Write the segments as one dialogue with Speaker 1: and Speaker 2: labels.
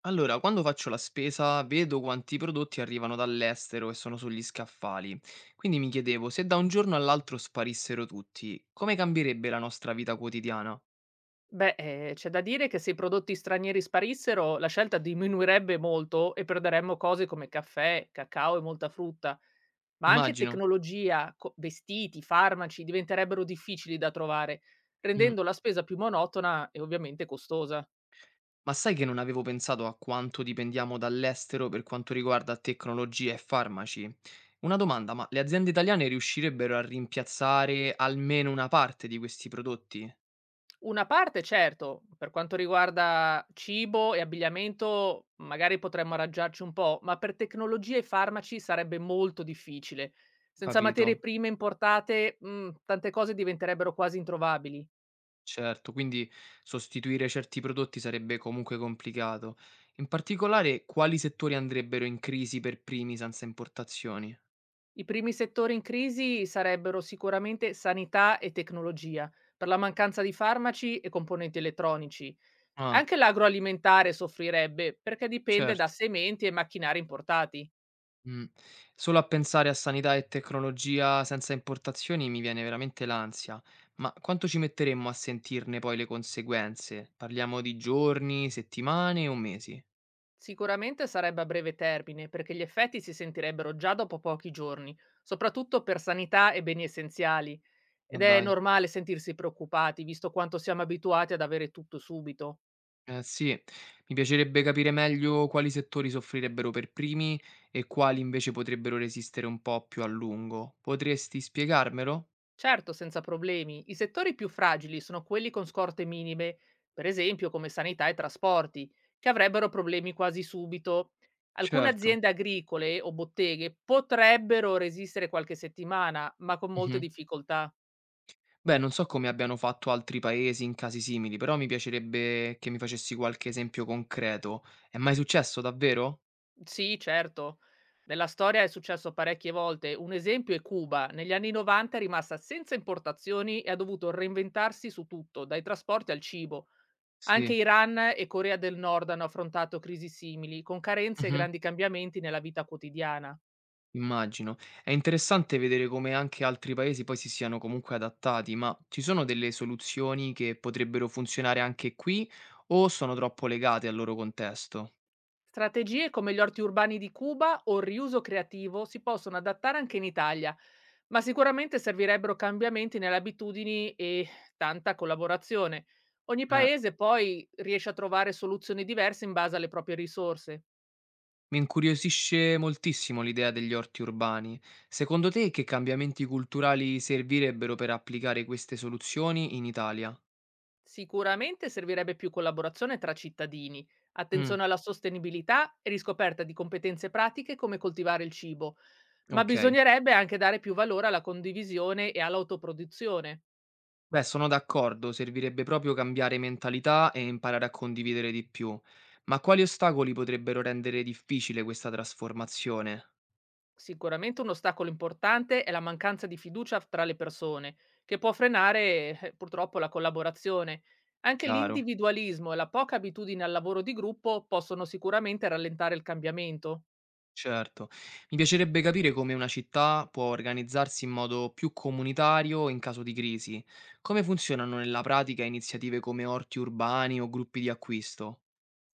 Speaker 1: Allora, quando faccio la spesa vedo quanti prodotti arrivano dall'estero e sono sugli scaffali. Quindi mi chiedevo, se da un giorno all'altro sparissero tutti, come cambierebbe la nostra vita quotidiana?
Speaker 2: C'è da dire che se i prodotti stranieri sparissero, la scelta diminuirebbe molto e perderemmo cose come caffè, cacao e molta frutta, ma anche
Speaker 1: Immagino.
Speaker 2: tecnologia, co vestiti, farmaci diventerebbero difficili da trovare,
Speaker 1: Mm.
Speaker 2: rendendo la spesa più monotona e ovviamente costosa.
Speaker 1: Ma sai che non avevo pensato a quanto dipendiamo dall'estero per quanto riguarda tecnologia e farmaci? Una domanda, ma le aziende italiane riuscirebbero a rimpiazzare almeno una parte di questi prodotti?
Speaker 2: Una parte certo, per quanto riguarda cibo e abbigliamento magari potremmo arrangiarci un po', ma per tecnologia e farmaci sarebbe molto difficile. Senza materie
Speaker 1: Capito.
Speaker 2: prime importate, tante cose diventerebbero quasi introvabili.
Speaker 1: Certo, quindi sostituire certi prodotti sarebbe comunque complicato. In particolare, quali settori andrebbero in crisi per primi senza importazioni?
Speaker 2: I primi settori in crisi sarebbero sicuramente sanità e tecnologia, per la mancanza di farmaci e componenti elettronici.
Speaker 1: Ah,
Speaker 2: Anche l'agroalimentare soffrirebbe, perché dipende da
Speaker 1: certo.
Speaker 2: sementi e macchinari importati.
Speaker 1: Mm. Solo a pensare a sanità e tecnologia senza importazioni mi viene veramente l'ansia. Ma quanto ci metteremmo a sentirne poi le conseguenze? Parliamo di giorni, settimane o mesi?
Speaker 2: Sicuramente sarebbe a breve termine, perché gli effetti si sentirebbero già dopo pochi giorni, soprattutto per sanità e beni essenziali,
Speaker 1: Ma
Speaker 2: ed è
Speaker 1: dai.
Speaker 2: normale sentirsi preoccupati, visto quanto siamo abituati ad avere tutto subito.
Speaker 1: Eh sì, mi piacerebbe capire meglio quali settori soffrirebbero per primi e quali invece potrebbero resistere un po' più a lungo. Potresti spiegarmelo?
Speaker 2: Certo, senza problemi, i settori più fragili sono quelli con scorte minime, per esempio come sanità e trasporti, che avrebbero problemi quasi subito. Alcune
Speaker 1: Certo.
Speaker 2: aziende agricole o botteghe potrebbero resistere qualche settimana, ma con molte
Speaker 1: Mhm.
Speaker 2: difficoltà.
Speaker 1: Beh, non so come abbiano fatto altri paesi in casi simili, però mi piacerebbe che mi facessi qualche esempio concreto. È mai successo davvero?
Speaker 2: Sì, certo. Nella storia è successo parecchie volte. Un esempio è Cuba. Negli anni 90 è rimasta senza importazioni e ha dovuto reinventarsi su tutto, dai trasporti al cibo. Anche
Speaker 1: Sì.
Speaker 2: Iran e Corea del Nord hanno affrontato crisi simili, con carenze e grandi cambiamenti nella vita quotidiana.
Speaker 1: Immagino. È interessante vedere come anche altri paesi poi si siano comunque adattati, ma ci sono delle soluzioni che potrebbero funzionare anche qui o sono troppo legate al loro contesto?
Speaker 2: Strategie come gli orti urbani di Cuba o il riuso creativo si possono adattare anche in Italia, ma sicuramente servirebbero cambiamenti nelle abitudini e tanta collaborazione. Ogni
Speaker 1: Eh,
Speaker 2: paese poi riesce a trovare soluzioni diverse in base alle proprie risorse.
Speaker 1: mi incuriosisce moltissimo l'idea degli orti urbani. Secondo te che cambiamenti culturali servirebbero per applicare queste soluzioni in Italia?
Speaker 2: Sicuramente servirebbe più collaborazione tra cittadini,
Speaker 1: Mm,
Speaker 2: attenzione alla sostenibilità e riscoperta di competenze pratiche come coltivare il cibo, ma
Speaker 1: ok.
Speaker 2: bisognerebbe anche dare più valore alla condivisione e all'autoproduzione.
Speaker 1: Beh, sono d'accordo, servirebbe proprio cambiare mentalità e imparare a condividere di più. Ma quali ostacoli potrebbero rendere difficile questa trasformazione?
Speaker 2: Sicuramente un ostacolo importante è la mancanza di fiducia f tra le persone, che può frenare, purtroppo la collaborazione. Anche
Speaker 1: Chiaro,
Speaker 2: l'individualismo e la poca abitudine al lavoro di gruppo possono sicuramente rallentare il cambiamento.
Speaker 1: certo. Mi piacerebbe capire come una città può organizzarsi in modo più comunitario in caso di crisi. Come funzionano nella pratica iniziative come orti urbani o gruppi di acquisto?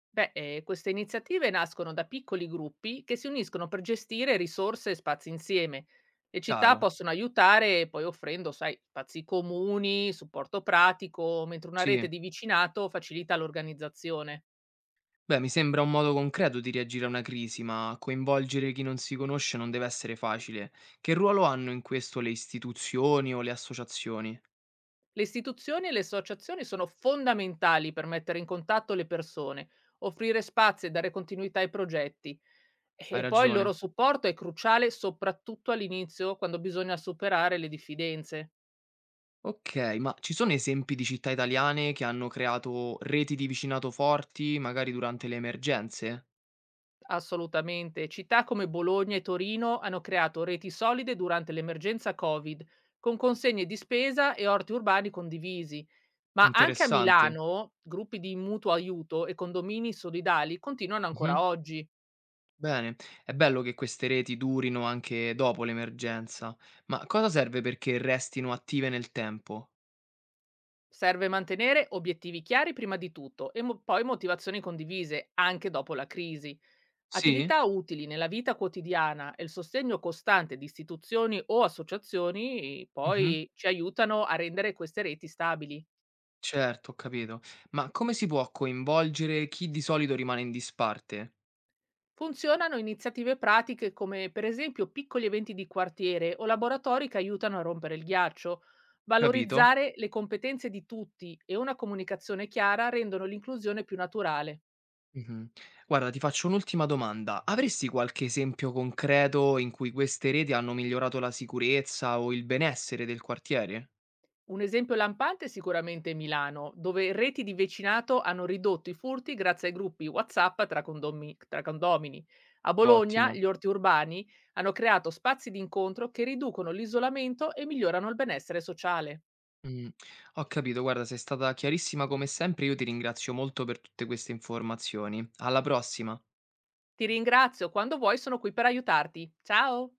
Speaker 2: Queste iniziative nascono da piccoli gruppi che si uniscono per gestire risorse e spazi insieme. Le città
Speaker 1: Chiaro,
Speaker 2: possono aiutare poi offrendo, sai, spazi comuni, supporto pratico, mentre una rete
Speaker 1: sì.
Speaker 2: di vicinato facilita l'organizzazione.
Speaker 1: Beh, mi sembra un modo concreto di reagire a una crisi, ma coinvolgere chi non si conosce non deve essere facile. Che ruolo hanno in questo le istituzioni o le associazioni?
Speaker 2: Le istituzioni e le associazioni sono fondamentali per mettere in contatto le persone, offrire spazi e dare continuità ai progetti.
Speaker 1: Hai
Speaker 2: E poi il loro
Speaker 1: ragione.
Speaker 2: supporto è cruciale soprattutto all'inizio, quando bisogna superare le diffidenze.
Speaker 1: Ok, ma ci sono esempi di città italiane che hanno creato reti di vicinato forti, magari durante le emergenze?
Speaker 2: Assolutamente. Città come Bologna e Torino hanno creato reti solide durante l'emergenza Covid, con consegne di spesa e orti urbani condivisi. Ma anche a
Speaker 1: Interessante.
Speaker 2: Milano, gruppi di mutuo aiuto e condomini solidali continuano
Speaker 1: Mhm.
Speaker 2: ancora oggi.
Speaker 1: Bene, è bello che queste reti durino anche dopo l'emergenza, ma cosa serve perché restino attive nel tempo?
Speaker 2: Serve mantenere obiettivi chiari prima di tutto e poi motivazioni condivise anche dopo la crisi.
Speaker 1: Sì?
Speaker 2: Attività utili nella vita quotidiana e il sostegno costante di istituzioni o associazioni
Speaker 1: Mhm.
Speaker 2: poi ci aiutano a rendere queste reti stabili.
Speaker 1: Certo, ho capito. Ma come si può coinvolgere chi di solito rimane in disparte?
Speaker 2: Funzionano iniziative pratiche come per esempio piccoli eventi di quartiere o laboratori che aiutano a rompere il ghiaccio.
Speaker 1: Capito?
Speaker 2: Valorizzare le competenze di tutti e una comunicazione chiara rendono l'inclusione più naturale.
Speaker 1: Mhm. Guarda, ti faccio un'ultima domanda. Avresti qualche esempio concreto in cui queste reti hanno migliorato la sicurezza o il benessere del quartiere?
Speaker 2: Un esempio lampante è sicuramente Milano, dove reti di vicinato hanno ridotto i furti grazie ai gruppi WhatsApp tra condomini. A Bologna gli
Speaker 1: Ottimo.
Speaker 2: orti urbani hanno creato spazi di incontro che riducono l'isolamento e migliorano il benessere sociale.
Speaker 1: Mm, ho capito, guarda, sei stata chiarissima come sempre, io ti ringrazio molto per tutte queste informazioni. Alla prossima.
Speaker 2: Ti ringrazio, quando vuoi sono qui per aiutarti. Ciao!